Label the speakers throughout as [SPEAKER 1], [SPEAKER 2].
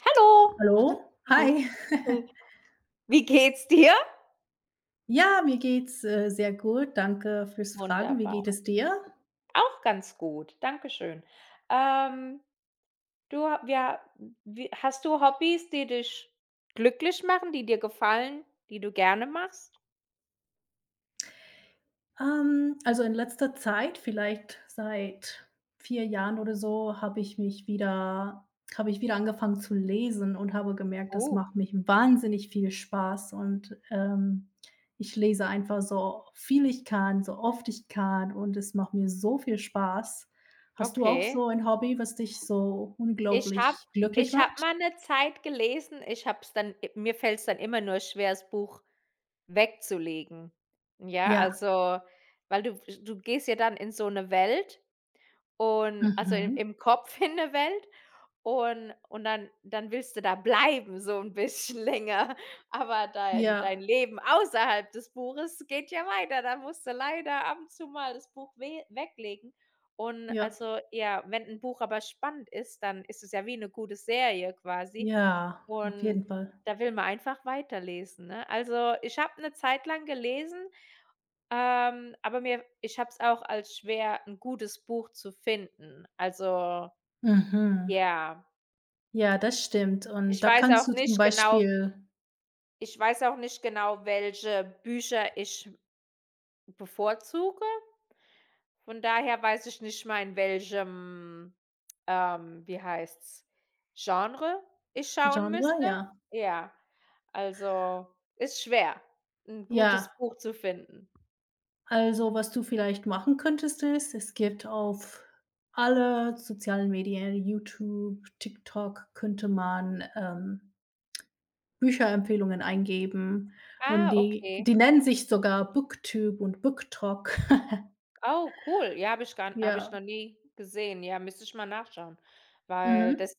[SPEAKER 1] Hallo.
[SPEAKER 2] Hallo, hi.
[SPEAKER 1] Wie geht's dir?
[SPEAKER 2] Ja, mir geht's, sehr gut. Danke fürs Fragen. Wie
[SPEAKER 1] Wunderbar.
[SPEAKER 2] geht es dir?
[SPEAKER 1] Auch ganz gut, dankeschön. Ähm, du ha wir wie hast du Hobbys, die dich glücklich machen, die dir gefallen, die du gerne machst?
[SPEAKER 2] Also, in letzter Zeit, vielleicht seit 4 Jahren oder so, habe ich wieder angefangen zu lesen und habe gemerkt, das
[SPEAKER 1] Oh,
[SPEAKER 2] macht mich wahnsinnig viel Spaß und, ich lese einfach so viel ich kann, so oft ich kann und es macht mir so viel Spaß. Hast du auch
[SPEAKER 1] okay.
[SPEAKER 2] so ein Hobby, was dich so
[SPEAKER 1] Ich habe
[SPEAKER 2] unglaublich glücklich
[SPEAKER 1] ich habe
[SPEAKER 2] macht?
[SPEAKER 1] mal eine Zeit gelesen, ich habe es dann mir fällt es dann immer nur schwer, das Buch wegzulegen. Ja,
[SPEAKER 2] Ja,
[SPEAKER 1] also, weil du gehst ja dann in so eine Welt und also, im
[SPEAKER 2] mhm.
[SPEAKER 1] im Kopf in eine Welt. Und dann willst du da bleiben so ein bisschen länger, aber dein
[SPEAKER 2] Ja,
[SPEAKER 1] Leben außerhalb des Buches geht ja weiter. Da musst du leider ab und zu mal das Buch we weglegen. Und
[SPEAKER 2] ja,
[SPEAKER 1] also, ja, wenn ein Buch aber spannend ist, dann ist es ja wie eine gute Serie quasi
[SPEAKER 2] ja, auf
[SPEAKER 1] und
[SPEAKER 2] jeden Fall.
[SPEAKER 1] da will man einfach weiterlesen, ne? Also, ich habe eine Zeit lang gelesen, aber mir ich habe es auch als schwer, ein gutes Buch zu finden. Also,
[SPEAKER 2] Mhm.
[SPEAKER 1] ja.
[SPEAKER 2] Ja, das stimmt. Und
[SPEAKER 1] Ich
[SPEAKER 2] da
[SPEAKER 1] weiß
[SPEAKER 2] kannst
[SPEAKER 1] auch
[SPEAKER 2] du zum
[SPEAKER 1] nicht genau
[SPEAKER 2] Beispiel
[SPEAKER 1] ich weiß auch nicht genau, welche Bücher ich bevorzuge. Von daher weiß ich nicht mal, in welchem, wie heißt's, Genre ich schauen
[SPEAKER 2] Genre,
[SPEAKER 1] müsste.
[SPEAKER 2] ja.
[SPEAKER 1] Ja, also, ist schwer, 'n gutes
[SPEAKER 2] Ja,
[SPEAKER 1] Buch zu finden.
[SPEAKER 2] also was du vielleicht machen könntest, ist, es gibt auf alle sozialen Medien, YouTube, TikTok, könnte man, Bücherempfehlungen eingeben und
[SPEAKER 1] Ah,
[SPEAKER 2] die
[SPEAKER 1] okay.
[SPEAKER 2] die nennen sich sogar BookTube und BookTok.
[SPEAKER 1] Oh, cool. Ja, habe ich
[SPEAKER 2] Ja,
[SPEAKER 1] noch nie gesehen. Ja, müsste ich mal nachschauen, weil
[SPEAKER 2] mhm.
[SPEAKER 1] das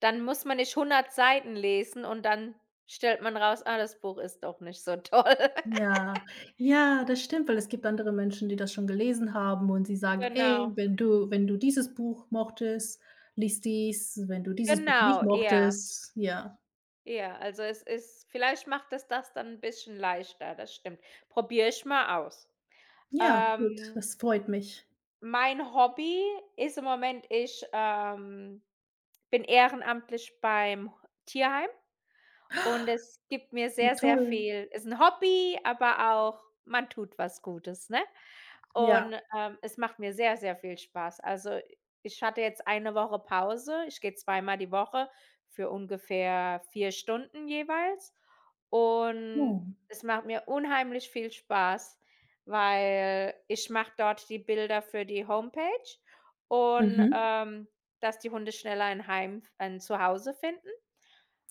[SPEAKER 1] dann muss man nicht 100 Seiten lesen und dann stellt man raus: „Ah, das Buch ist doch nicht so toll.“
[SPEAKER 2] Ja, ja, das stimmt, weil es gibt andere Menschen, die das schon gelesen haben und sie sagen: „Ey,
[SPEAKER 1] Genau,
[SPEAKER 2] wenn du dieses Buch mochtest, lies dies, wenn du dieses Buch nicht
[SPEAKER 1] genau, ja,
[SPEAKER 2] mochtest“, ja.
[SPEAKER 1] ja. Also, es ist vielleicht macht es das dann ein bisschen leichter, das stimmt. Probiere ich mal aus.
[SPEAKER 2] Ja, gut,
[SPEAKER 1] Ähm,
[SPEAKER 2] das freut mich.
[SPEAKER 1] mein Hobby ist im Moment bin ehrenamtlich beim Tierheim. Und es gibt mir
[SPEAKER 2] Wie
[SPEAKER 1] sehr, sehr
[SPEAKER 2] toll.
[SPEAKER 1] viel ist ein Hobby, aber auch man tut was Gutes, ne?
[SPEAKER 2] Ja.
[SPEAKER 1] Und, es macht mir sehr, sehr viel Spaß. Also, ich hatte jetzt eine Woche Pause. Ich gehe zweimal die Woche für ungefähr 4 Stunden jeweils. Und
[SPEAKER 2] Oh.
[SPEAKER 1] es macht mir unheimlich viel Spaß, weil ich mache dort die Bilder für die Homepage und,
[SPEAKER 2] Mhm.
[SPEAKER 1] dass die Hunde schneller ein Zuhause finden.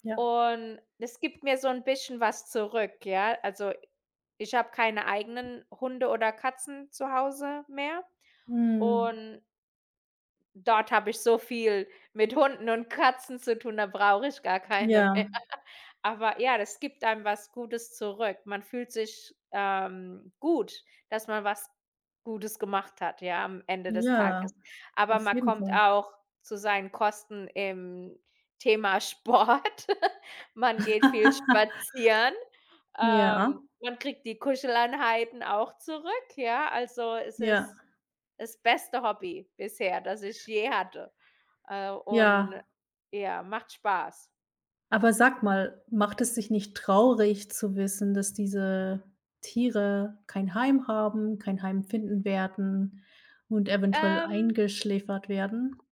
[SPEAKER 2] Ja.
[SPEAKER 1] Und es gibt mir so ein bisschen was zurück, ja? Also, ich habe keine eigenen Hunde oder Katzen zu Hause mehr
[SPEAKER 2] Mhm.
[SPEAKER 1] und dort habe ich so viel mit Hunden und Katzen zu tun, da brauche ich gar keine
[SPEAKER 2] Ja,
[SPEAKER 1] mehr. Aber ja, das gibt einem was Gutes zurück. Man fühlt sich, gut, dass man was Gutes gemacht hat, ja, am Ende des Tages.
[SPEAKER 2] ja,
[SPEAKER 1] Aber
[SPEAKER 2] auf
[SPEAKER 1] man
[SPEAKER 2] jeden
[SPEAKER 1] kommt
[SPEAKER 2] Fall.
[SPEAKER 1] auch zu seinen Kosten im Thema Sport. Man geht viel spazieren.
[SPEAKER 2] Ja,
[SPEAKER 1] Man kriegt die Kuscheleinheiten auch zurück, ja. Also, es
[SPEAKER 2] ja,
[SPEAKER 1] ist das beste Hobby bisher, das ich je hatte. Und
[SPEAKER 2] ja.
[SPEAKER 1] ja, macht Spaß.
[SPEAKER 2] Aber sag mal, macht es dich nicht traurig zu wissen, dass diese Tiere kein Heim haben, kein Heim finden werden und eventuell
[SPEAKER 1] Ähm
[SPEAKER 2] eingeschläfert werden?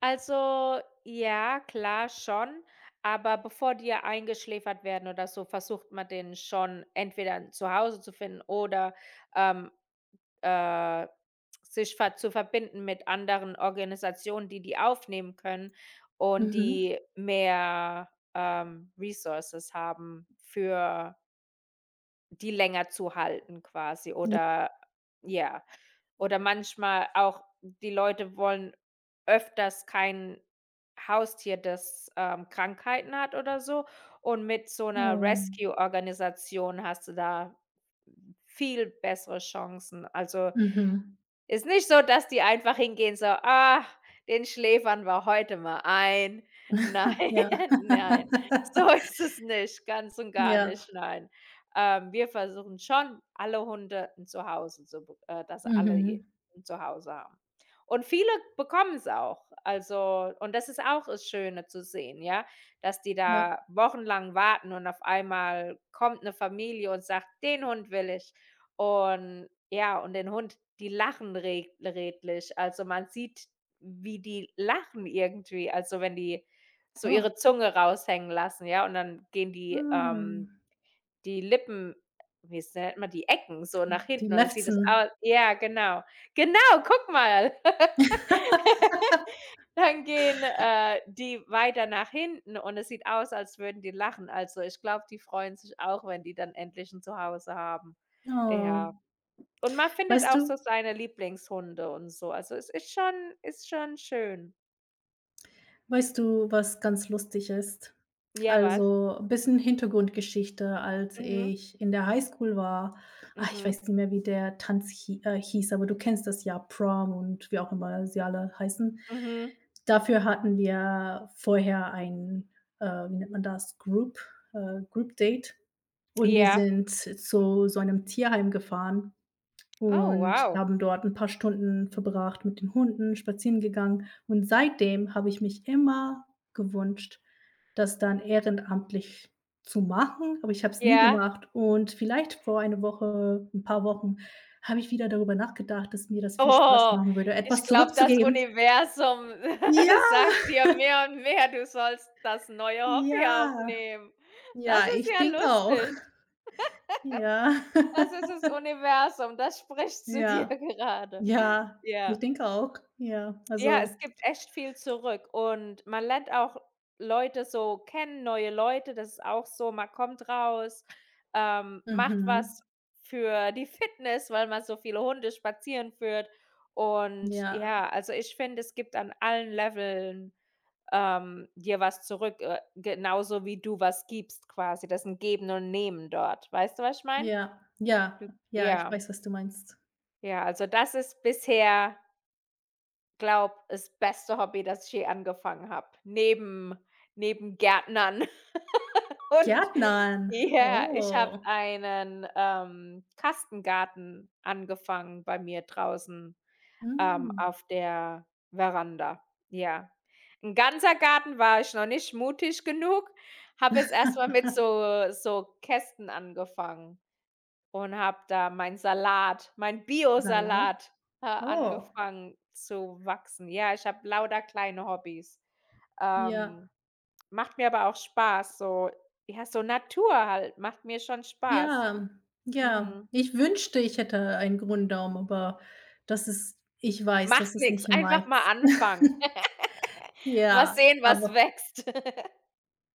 [SPEAKER 1] Also, ja, klar, schon. Aber bevor die ja eingeschläfert werden oder so, versucht man den schon entweder zu Hause zu finden oder, ähm, äh, sich ver zu verbinden mit anderen Organisationen, die die aufnehmen können und
[SPEAKER 2] Mhm.
[SPEAKER 1] die mehr, Resources haben für die länger zu halten quasi
[SPEAKER 2] Ja.
[SPEAKER 1] oder ja. Oder manchmal auch die Leute wollen öfters kein Haustier, das, Krankheiten hat oder so. Und mit so einer
[SPEAKER 2] Oh.
[SPEAKER 1] Rescue-Organisation hast du da viel bessere Chancen. Also
[SPEAKER 2] Mhm.
[SPEAKER 1] ist nicht so, dass die einfach hingehen, so: „Ah, den schläfern wir heute mal ein.“ Nein,
[SPEAKER 2] Ja.
[SPEAKER 1] nein, so ist es nicht, ganz und gar
[SPEAKER 2] Ja.
[SPEAKER 1] nicht, nein. Wir versuchen schon, alle Hunde 'n Zuhause zu bek dass alle je
[SPEAKER 2] Mhm.
[SPEAKER 1] 'n Zuhause haben. Und viele bekommen es auch. Also und das ist auch das Schöne zu sehen, ja, dass die
[SPEAKER 2] Ja,
[SPEAKER 1] da wochenlang warten und auf einmal kommt eine Familie und sagt: „Den Hund will ich.“ Und ja, und den Hund die lachen reg redlich. Also, man sieht, wie die lachen irgendwie, also, wenn die so
[SPEAKER 2] klar.
[SPEAKER 1] ihre Zunge raushängen lassen, ja, und dann gehen
[SPEAKER 2] Oh,
[SPEAKER 1] die Lippen, wie s nennt man die Ecken so nach
[SPEAKER 2] die
[SPEAKER 1] hinten und dann sieht es
[SPEAKER 2] lechzen.
[SPEAKER 1] au ja, genau. Genau, guck mal. Dann gehen, die weiter nach hinten und es sieht aus, als würden die lachen. Also, ich glaube, die freuen sich auch, wenn die dann endlich ein Zuhause haben.
[SPEAKER 2] Oh.
[SPEAKER 1] Ja. Und man findet
[SPEAKER 2] Weißt
[SPEAKER 1] auch
[SPEAKER 2] du
[SPEAKER 1] so seine Lieblingshunde und so. Also, es ist schon schön.
[SPEAKER 2] Weißt du, was ganz lustig ist?
[SPEAKER 1] Ja, was?
[SPEAKER 2] Also, bisschen Hintergrundgeschichte, als
[SPEAKER 1] Mhm,
[SPEAKER 2] ich in der Highschool war, ah, ich
[SPEAKER 1] mhm,
[SPEAKER 2] weiß nicht mehr, wie der Tanz hieß, aber du kennst das ja, Prom und wie auch immer sie alle heißen.
[SPEAKER 1] mhm.
[SPEAKER 2] Dafür hatten wir vorher ein, wie nennt man das, Group Date, und wir
[SPEAKER 1] Ja.
[SPEAKER 2] sind zu so einem Tierheim gefahren.
[SPEAKER 1] Oh,
[SPEAKER 2] Und
[SPEAKER 1] wow.
[SPEAKER 2] haben dort ein paar Stunden verbracht mit den Hunden, spazieren gegangen. Und seitdem habe ich mich immer gewünscht, das dann ehrenamtlich zu machen, aber ich habe es nie
[SPEAKER 1] Ja.
[SPEAKER 2] gemacht. Und vielleicht vor eine Woche ein paar Wochen habe ich wieder darüber nachgedacht, dass mir das viel Spaß
[SPEAKER 1] Oh,
[SPEAKER 2] machen würde,
[SPEAKER 1] ich
[SPEAKER 2] etwas
[SPEAKER 1] glaube, das
[SPEAKER 2] zurückzugeben.
[SPEAKER 1] Universum
[SPEAKER 2] Ja,
[SPEAKER 1] sagt dir mehr und mehr, du sollst das neue Hobby
[SPEAKER 2] ja,
[SPEAKER 1] aufnehmen. Das
[SPEAKER 2] ja,
[SPEAKER 1] ist
[SPEAKER 2] ich
[SPEAKER 1] ja
[SPEAKER 2] denke auch.
[SPEAKER 1] lustig.
[SPEAKER 2] Ja.
[SPEAKER 1] Das ist das Universum, das spricht zu dir
[SPEAKER 2] Ja,
[SPEAKER 1] gerade.
[SPEAKER 2] ja, ich
[SPEAKER 1] Ja.
[SPEAKER 2] denke auch. Ja,
[SPEAKER 1] Ja, es
[SPEAKER 2] also
[SPEAKER 1] gibt echt viel zurück und man lernt auch Leute so kennen, neue Leute, das ist auch so, man kommt raus, macht
[SPEAKER 2] mhm.
[SPEAKER 1] was für die Fitness, weil man so viele Hunde spazieren führt und
[SPEAKER 2] Ja,
[SPEAKER 1] ja, also ich finde, es gibt an allen Leveln, dir was zurück, genauso wie du was gibst quasi. Das ist ein Geben und Nehmen dort. Weißt du, was ich meine?
[SPEAKER 2] Ja, ja,
[SPEAKER 1] Du
[SPEAKER 2] ja, ich
[SPEAKER 1] ja,
[SPEAKER 2] weiß, was du meinst.
[SPEAKER 1] ja, also das ist bisher glaub das beste Hobby, das ich je angefangen habe, neben Gärtnern und
[SPEAKER 2] Gärtnern.
[SPEAKER 1] ja, ich habe
[SPEAKER 2] Oh,
[SPEAKER 1] einen, Kastengarten angefangen bei mir draußen,
[SPEAKER 2] mhm.
[SPEAKER 1] auf der Veranda. Ja. 'N ganzer Garten war ich noch nicht mutig genug, habe jetzt erst mal mit so so Kästen angefangen. Und habe da meinen Salat, meinen
[SPEAKER 2] Salat.
[SPEAKER 1] Biosalat,
[SPEAKER 2] Oh,
[SPEAKER 1] angefangen zu wachsen. Ja, ich habe lauter kleine Hobbys.
[SPEAKER 2] ja,
[SPEAKER 1] Ähm, macht mir aber auch Spaß, so ja, so Natur halt, macht mir schon Spaß.
[SPEAKER 2] ja, ja.
[SPEAKER 1] Mhm.
[SPEAKER 2] Ich wünschte, ich hätte einen Gründarm, aber das ist, ich weiß,
[SPEAKER 1] Macht
[SPEAKER 2] das ist
[SPEAKER 1] nix,
[SPEAKER 2] nicht
[SPEAKER 1] einfach mal
[SPEAKER 2] meins.
[SPEAKER 1] anfangen. Mal
[SPEAKER 2] Ja,
[SPEAKER 1] sehen, was
[SPEAKER 2] aber
[SPEAKER 1] wächst.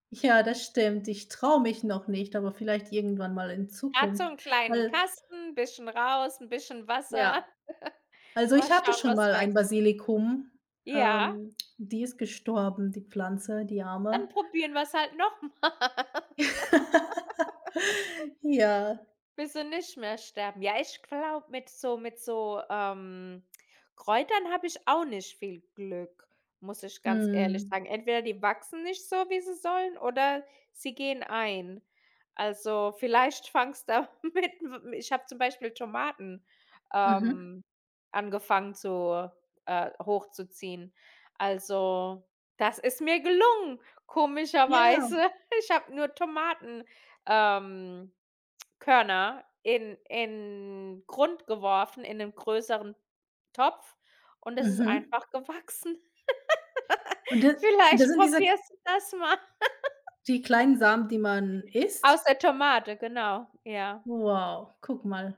[SPEAKER 2] ja, das stimmt. Ich traue mich noch nicht, aber vielleicht irgendwann mal in
[SPEAKER 1] Grad so
[SPEAKER 2] Zukunft,
[SPEAKER 1] einen kleinen
[SPEAKER 2] weil
[SPEAKER 1] Kasten, ein bisschen raus, 'n bisschen Wasser.
[SPEAKER 2] ja, also
[SPEAKER 1] Mal
[SPEAKER 2] ich hatte
[SPEAKER 1] schauen,
[SPEAKER 2] schon
[SPEAKER 1] was
[SPEAKER 2] mal ein
[SPEAKER 1] wächst.
[SPEAKER 2] Basilikum,
[SPEAKER 1] Ja,
[SPEAKER 2] die ist gestorben, die Pflanze, die
[SPEAKER 1] dann
[SPEAKER 2] Arme.
[SPEAKER 1] probieren wir es halt noch mal.
[SPEAKER 2] Ja.
[SPEAKER 1] Willst du nicht mehr sterben? Ja, ich glaube, mit so, Kräutern habe ich auch nicht viel Glück, muss ich ganz ehrlich
[SPEAKER 2] Mhm.
[SPEAKER 1] sagen. Entweder die wachsen nicht so, wie sie sollen, oder sie gehen ein. Also, vielleicht fangst da mit ich habe zum Beispiel Tomaten,
[SPEAKER 2] Mhm.
[SPEAKER 1] ähm, angefangen zu hochzuziehen. Also, das ist mir gelungen, komischerweise.
[SPEAKER 2] Ja.
[SPEAKER 1] Ich habe nur Tomaten, ähm Körner in Grund geworfen, in 'nen größeren Topf und es ist
[SPEAKER 2] Mhm.
[SPEAKER 1] einfach gewachsen.
[SPEAKER 2] Und da und das
[SPEAKER 1] Vielleicht
[SPEAKER 2] sind diese
[SPEAKER 1] probierst du das mal.
[SPEAKER 2] die kleinen Samen, die man isst?
[SPEAKER 1] Aus der Tomate, genau. Ja,
[SPEAKER 2] Wow, guck mal.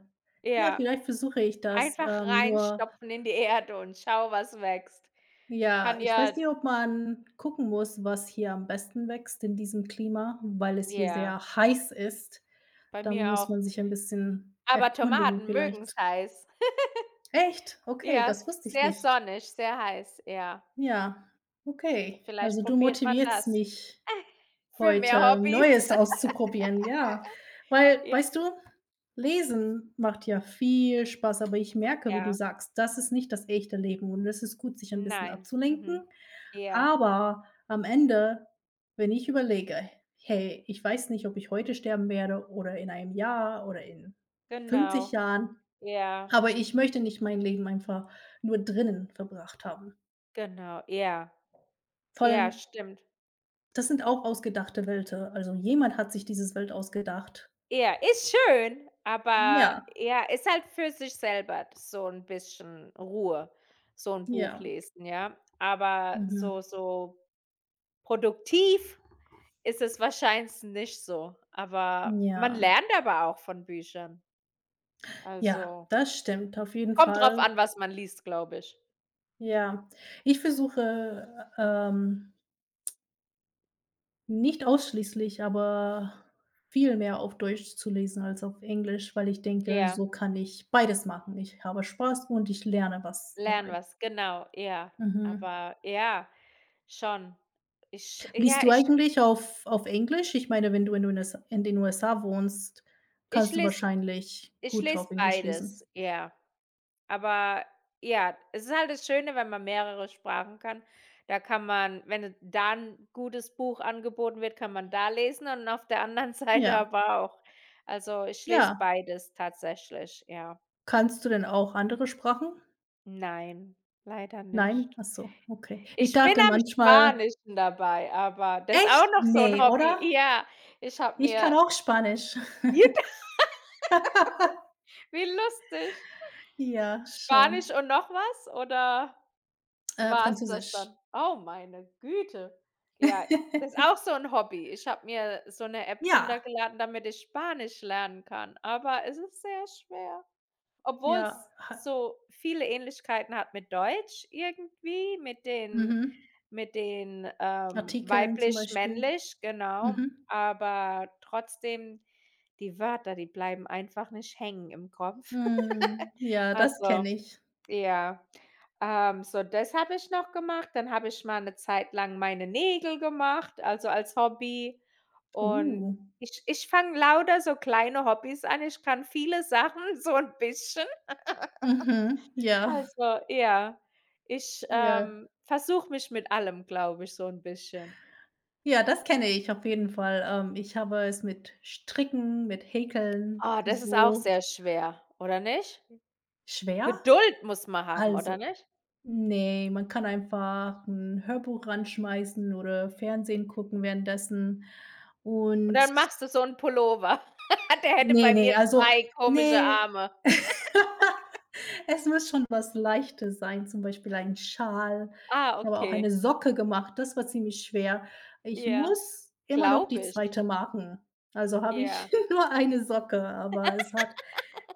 [SPEAKER 2] Ja,
[SPEAKER 1] ja.
[SPEAKER 2] vielleicht versuche ich das,
[SPEAKER 1] Einfach
[SPEAKER 2] nur
[SPEAKER 1] reinstopfen in die Erde und schau, was wächst.
[SPEAKER 2] ja,
[SPEAKER 1] Kann
[SPEAKER 2] ich weiß
[SPEAKER 1] ja
[SPEAKER 2] nicht, ob man gucken muss, was hier am besten wächst in diesem Klima, weil es hier sehr
[SPEAKER 1] ja,
[SPEAKER 2] heiß ist.
[SPEAKER 1] bei
[SPEAKER 2] Da
[SPEAKER 1] mir
[SPEAKER 2] muss
[SPEAKER 1] auch.
[SPEAKER 2] man sich ein bisschen
[SPEAKER 1] Aber
[SPEAKER 2] erkundigen
[SPEAKER 1] Tomaten mögen's
[SPEAKER 2] vielleicht.
[SPEAKER 1] heiß.
[SPEAKER 2] Echt? Okay,
[SPEAKER 1] Ja,
[SPEAKER 2] das wusste ich
[SPEAKER 1] sehr
[SPEAKER 2] nicht.
[SPEAKER 1] sonnig, sehr heiß, ja.
[SPEAKER 2] Ja, okay.
[SPEAKER 1] Vielleicht
[SPEAKER 2] Also, du
[SPEAKER 1] probiert man
[SPEAKER 2] motivierst
[SPEAKER 1] das.
[SPEAKER 2] mich.
[SPEAKER 1] Für mehr
[SPEAKER 2] Heute
[SPEAKER 1] Hobbys?
[SPEAKER 2] Neues auszuprobieren, ja. Weil, weißt du, Lesen macht ja viel Spaß, aber ich merke, wie du
[SPEAKER 1] Ja,
[SPEAKER 2] sagst, das ist nicht das echte Leben und es ist gut, sich ein bisschen
[SPEAKER 1] nein.
[SPEAKER 2] abzulenken.
[SPEAKER 1] Mhm. Ja.
[SPEAKER 2] Aber am Ende, wenn ich überlege: „Hey, ich weiß nicht, ob ich heute sterben werde oder in einem Jahr oder in 50
[SPEAKER 1] Genau.
[SPEAKER 2] Jahren,
[SPEAKER 1] Ja,
[SPEAKER 2] aber ich möchte nicht mein Leben einfach nur drinnen verbracht haben.“
[SPEAKER 1] genau. Ja,
[SPEAKER 2] Vor
[SPEAKER 1] ja,
[SPEAKER 2] allem,
[SPEAKER 1] stimmt.
[SPEAKER 2] das sind auch ausgedachte Welten. Also, jemand hat sich dieses Welt ausgedacht.
[SPEAKER 1] Ja, ist schön, aber
[SPEAKER 2] Ja,
[SPEAKER 1] ja, ist halt für sich selber so ein bisschen Ruhe, so ein Buch
[SPEAKER 2] ja.
[SPEAKER 1] lesen, ja. Aber so
[SPEAKER 2] Mhm.
[SPEAKER 1] so produktiv ist es wahrscheinlich nicht so, aber man
[SPEAKER 2] Ja,
[SPEAKER 1] lernt aber auch von Büchern.
[SPEAKER 2] ja,
[SPEAKER 1] Also,
[SPEAKER 2] das stimmt auf jeden
[SPEAKER 1] kommt drauf
[SPEAKER 2] Fall.
[SPEAKER 1] an, was man liest, glaube ich.
[SPEAKER 2] Ja. Ich versuche, nicht ausschließlich, aber viel mehr auf Deutsch zu lesen als auf Englisch, weil ich denke,
[SPEAKER 1] Ja,
[SPEAKER 2] so kann ich beides machen. Ich habe Spaß und ich lerne was
[SPEAKER 1] lernen
[SPEAKER 2] dabei.
[SPEAKER 1] was, genau, ja.
[SPEAKER 2] Mhm.
[SPEAKER 1] Aber ja, schon. Ich
[SPEAKER 2] Liest
[SPEAKER 1] ja,
[SPEAKER 2] du
[SPEAKER 1] ich
[SPEAKER 2] eigentlich auf Englisch? Ich meine, wenn du in den USA wohnst,
[SPEAKER 1] Ich
[SPEAKER 2] kannst du
[SPEAKER 1] lese
[SPEAKER 2] wahrscheinlich
[SPEAKER 1] ich
[SPEAKER 2] gut
[SPEAKER 1] lese
[SPEAKER 2] auf Englisch lesen.
[SPEAKER 1] beides, ja. Aber ja, es ist halt das Schöne, wenn man mehrere Sprachen kann. Da kann man wenn da 'n gutes Buch angeboten wird, kann man da lesen und auf der anderen Seite
[SPEAKER 2] Ja,
[SPEAKER 1] aber auch. Also, ich lese
[SPEAKER 2] ja.
[SPEAKER 1] beides tatsächlich, ja.
[SPEAKER 2] Kannst du denn auch andere Sprachen?
[SPEAKER 1] Nein, leider
[SPEAKER 2] Nein?
[SPEAKER 1] nicht.
[SPEAKER 2] Ach so, okay. Ich
[SPEAKER 1] Ich bin
[SPEAKER 2] dachte
[SPEAKER 1] am
[SPEAKER 2] manchmal
[SPEAKER 1] Spanischen dabei, aber das ist auch
[SPEAKER 2] echt?
[SPEAKER 1] noch so 'n
[SPEAKER 2] Ne,
[SPEAKER 1] Hobby.
[SPEAKER 2] oder?
[SPEAKER 1] Ja, ich habe
[SPEAKER 2] Ich kann
[SPEAKER 1] mir
[SPEAKER 2] auch Spanisch.
[SPEAKER 1] wie lustig.
[SPEAKER 2] Ja,
[SPEAKER 1] Spanisch
[SPEAKER 2] schon.
[SPEAKER 1] und noch was, oder? War's das
[SPEAKER 2] Französisch.
[SPEAKER 1] dann? Oh, meine Güte. Ja, das ist auch so 'n Hobby. Ich habe mir so 'ne App
[SPEAKER 2] Ja,
[SPEAKER 1] runtergeladen, damit ich Spanisch lernen kann, aber es ist sehr schwer,
[SPEAKER 2] ja,
[SPEAKER 1] obwohl's
[SPEAKER 2] ha
[SPEAKER 1] so viele Ähnlichkeiten hat mit Deutsch irgendwie,
[SPEAKER 2] mhm.
[SPEAKER 1] mit den,
[SPEAKER 2] Artikeln zum Beispiel.
[SPEAKER 1] weiblich-männlich, genau,
[SPEAKER 2] Mhm.
[SPEAKER 1] aber trotzdem, die Wörter, die bleiben einfach nicht hängen im Kopf.
[SPEAKER 2] Mhm. Ja, das kenne
[SPEAKER 1] Also,
[SPEAKER 2] ich.
[SPEAKER 1] ja. Das habe ich noch gemacht. Dann habe ich mal eine Zeit lang meine Nägel gemacht, also als Hobby. Und
[SPEAKER 2] Uh.
[SPEAKER 1] ich fange lauter so kleine Hobbys an. Ich kann viele Sachen so ein bisschen.
[SPEAKER 2] Mhm. Ja,
[SPEAKER 1] Also, ja, ich,
[SPEAKER 2] ja.
[SPEAKER 1] versuche mich mit allem, glaube ich, so ein bisschen.
[SPEAKER 2] Ja, das kenne ich auf jeden Fall. Ich habe es mit Stricken, mit Häkeln
[SPEAKER 1] Ah, das ist auch
[SPEAKER 2] versucht.
[SPEAKER 1] sehr schwer, oder nicht?
[SPEAKER 2] Schwer?
[SPEAKER 1] Geduld muss man haben, oder
[SPEAKER 2] Also
[SPEAKER 1] nicht?
[SPEAKER 2] nee, man kann einfach 'n Hörbuch ranschmeißen oder Fernsehen gucken währenddessen
[SPEAKER 1] Und
[SPEAKER 2] und
[SPEAKER 1] dann machst du so einen Pullover. Der hätte
[SPEAKER 2] ne,
[SPEAKER 1] bei
[SPEAKER 2] ne,
[SPEAKER 1] mir
[SPEAKER 2] also,
[SPEAKER 1] 2 komische
[SPEAKER 2] ne.
[SPEAKER 1] Arme.
[SPEAKER 2] Es muss schon was Leichtes sein, zum Beispiel ein Schal.
[SPEAKER 1] Ah,
[SPEAKER 2] Ich habe auch eine
[SPEAKER 1] okay.
[SPEAKER 2] Socke gemacht, das war ziemlich schwer. Ich
[SPEAKER 1] Ja,
[SPEAKER 2] muss immer noch
[SPEAKER 1] glaube
[SPEAKER 2] die
[SPEAKER 1] ich.
[SPEAKER 2] zweite machen. Also habe
[SPEAKER 1] Ja.
[SPEAKER 2] ich nur eine Socke, aber es hat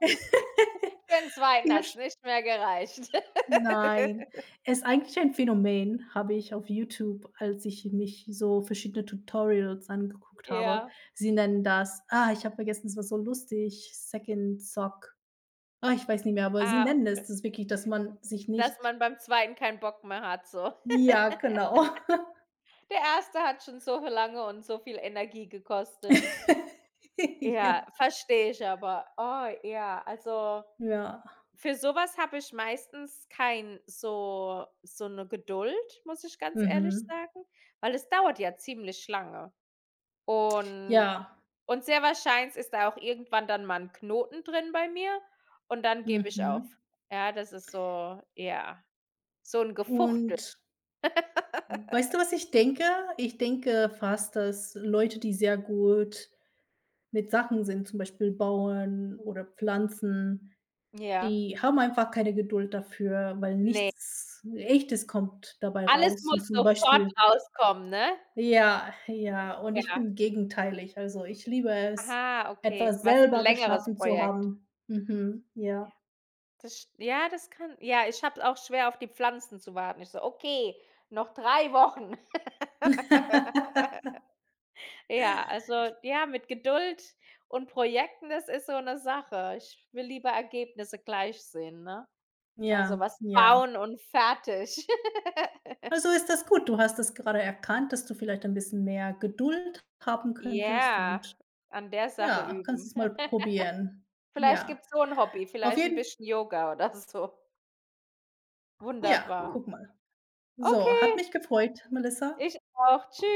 [SPEAKER 1] Für den zweiten
[SPEAKER 2] viel
[SPEAKER 1] hat's nicht mehr gereicht.
[SPEAKER 2] Nein, es ist eigentlich ein Phänomen, habe ich auf YouTube, als ich mich so verschiedene Tutorials angeguckt habe,
[SPEAKER 1] Ja,
[SPEAKER 2] sind dann das ah, ich habe vergessen, es war so lustig, Second Sock. Ah, ich weiß nicht mehr, aber sie
[SPEAKER 1] ah,
[SPEAKER 2] nennen es das wirklich, dass man sich nicht
[SPEAKER 1] dass man beim zweiten keinen Bock mehr hat so.
[SPEAKER 2] ja, genau.
[SPEAKER 1] Der erste hat schon so viel lange und so viel Energie gekostet.
[SPEAKER 2] Ja,
[SPEAKER 1] Ja, verstehe ich aber. Oh ja, also,
[SPEAKER 2] ja,
[SPEAKER 1] für sowas habe ich meistens kein so so 'ne Geduld, muss ich ganz ehrlich
[SPEAKER 2] mhm.
[SPEAKER 1] sagen, weil es dauert ja ziemlich lange. Und
[SPEAKER 2] Ja,
[SPEAKER 1] und sehr wahrscheinlich ist da auch irgendwann dann mal 'n Knoten drin bei mir und dann gebe ich
[SPEAKER 2] mhm.
[SPEAKER 1] auf. Ja, das ist so ja, so 'n Gefuchtel.
[SPEAKER 2] Und weißt du, was ich denke? Ich denke fast, dass Leute, die sehr gut mit Sachen sind, zum Beispiel Bauen oder Pflanzen.
[SPEAKER 1] Ja.
[SPEAKER 2] Die haben einfach keine Geduld dafür, weil
[SPEAKER 1] Ne,
[SPEAKER 2] nichts Echtes kommt dabei
[SPEAKER 1] alles
[SPEAKER 2] raus
[SPEAKER 1] muss
[SPEAKER 2] und zum
[SPEAKER 1] sofort
[SPEAKER 2] Beispiel
[SPEAKER 1] rauskommen, ne?
[SPEAKER 2] ja, ja, und ich
[SPEAKER 1] Ja.
[SPEAKER 2] bin gegenteilig. Also, ich liebe es,
[SPEAKER 1] Aha, okay.
[SPEAKER 2] etwas
[SPEAKER 1] War's 'n
[SPEAKER 2] selber
[SPEAKER 1] längeres
[SPEAKER 2] geschaffen zu
[SPEAKER 1] Projekt?
[SPEAKER 2] haben. Mhm,
[SPEAKER 1] Ja,
[SPEAKER 2] ja.
[SPEAKER 1] das sch ja, das kann ja, ich habe es auch schwer, auf die Pflanzen zu warten. Ich so: „Okay, noch 3 Wochen.“ Ja, also ja, mit Geduld und Projekten, das ist so 'ne Sache. Ich will lieber Ergebnisse gleich sehen, ne? Also,
[SPEAKER 2] Ja,
[SPEAKER 1] was
[SPEAKER 2] ja.
[SPEAKER 1] bauen und fertig.
[SPEAKER 2] Also, ist das gut. Du hast das gerade erkannt, dass du vielleicht ein bisschen mehr Geduld haben könntest
[SPEAKER 1] Ja,
[SPEAKER 2] und
[SPEAKER 1] an der Sache
[SPEAKER 2] ja, kannst
[SPEAKER 1] üben.
[SPEAKER 2] es mal probieren.
[SPEAKER 1] Vielleicht
[SPEAKER 2] Ja,
[SPEAKER 1] gibt's so 'n Hobby,
[SPEAKER 2] auf
[SPEAKER 1] vielleicht 'n
[SPEAKER 2] jeden
[SPEAKER 1] bisschen Yoga oder so.
[SPEAKER 2] Ja,
[SPEAKER 1] Wunderbar.
[SPEAKER 2] guck mal. So, hat
[SPEAKER 1] Okay,
[SPEAKER 2] mich gefreut, Melissa.
[SPEAKER 1] ich auch. Tschü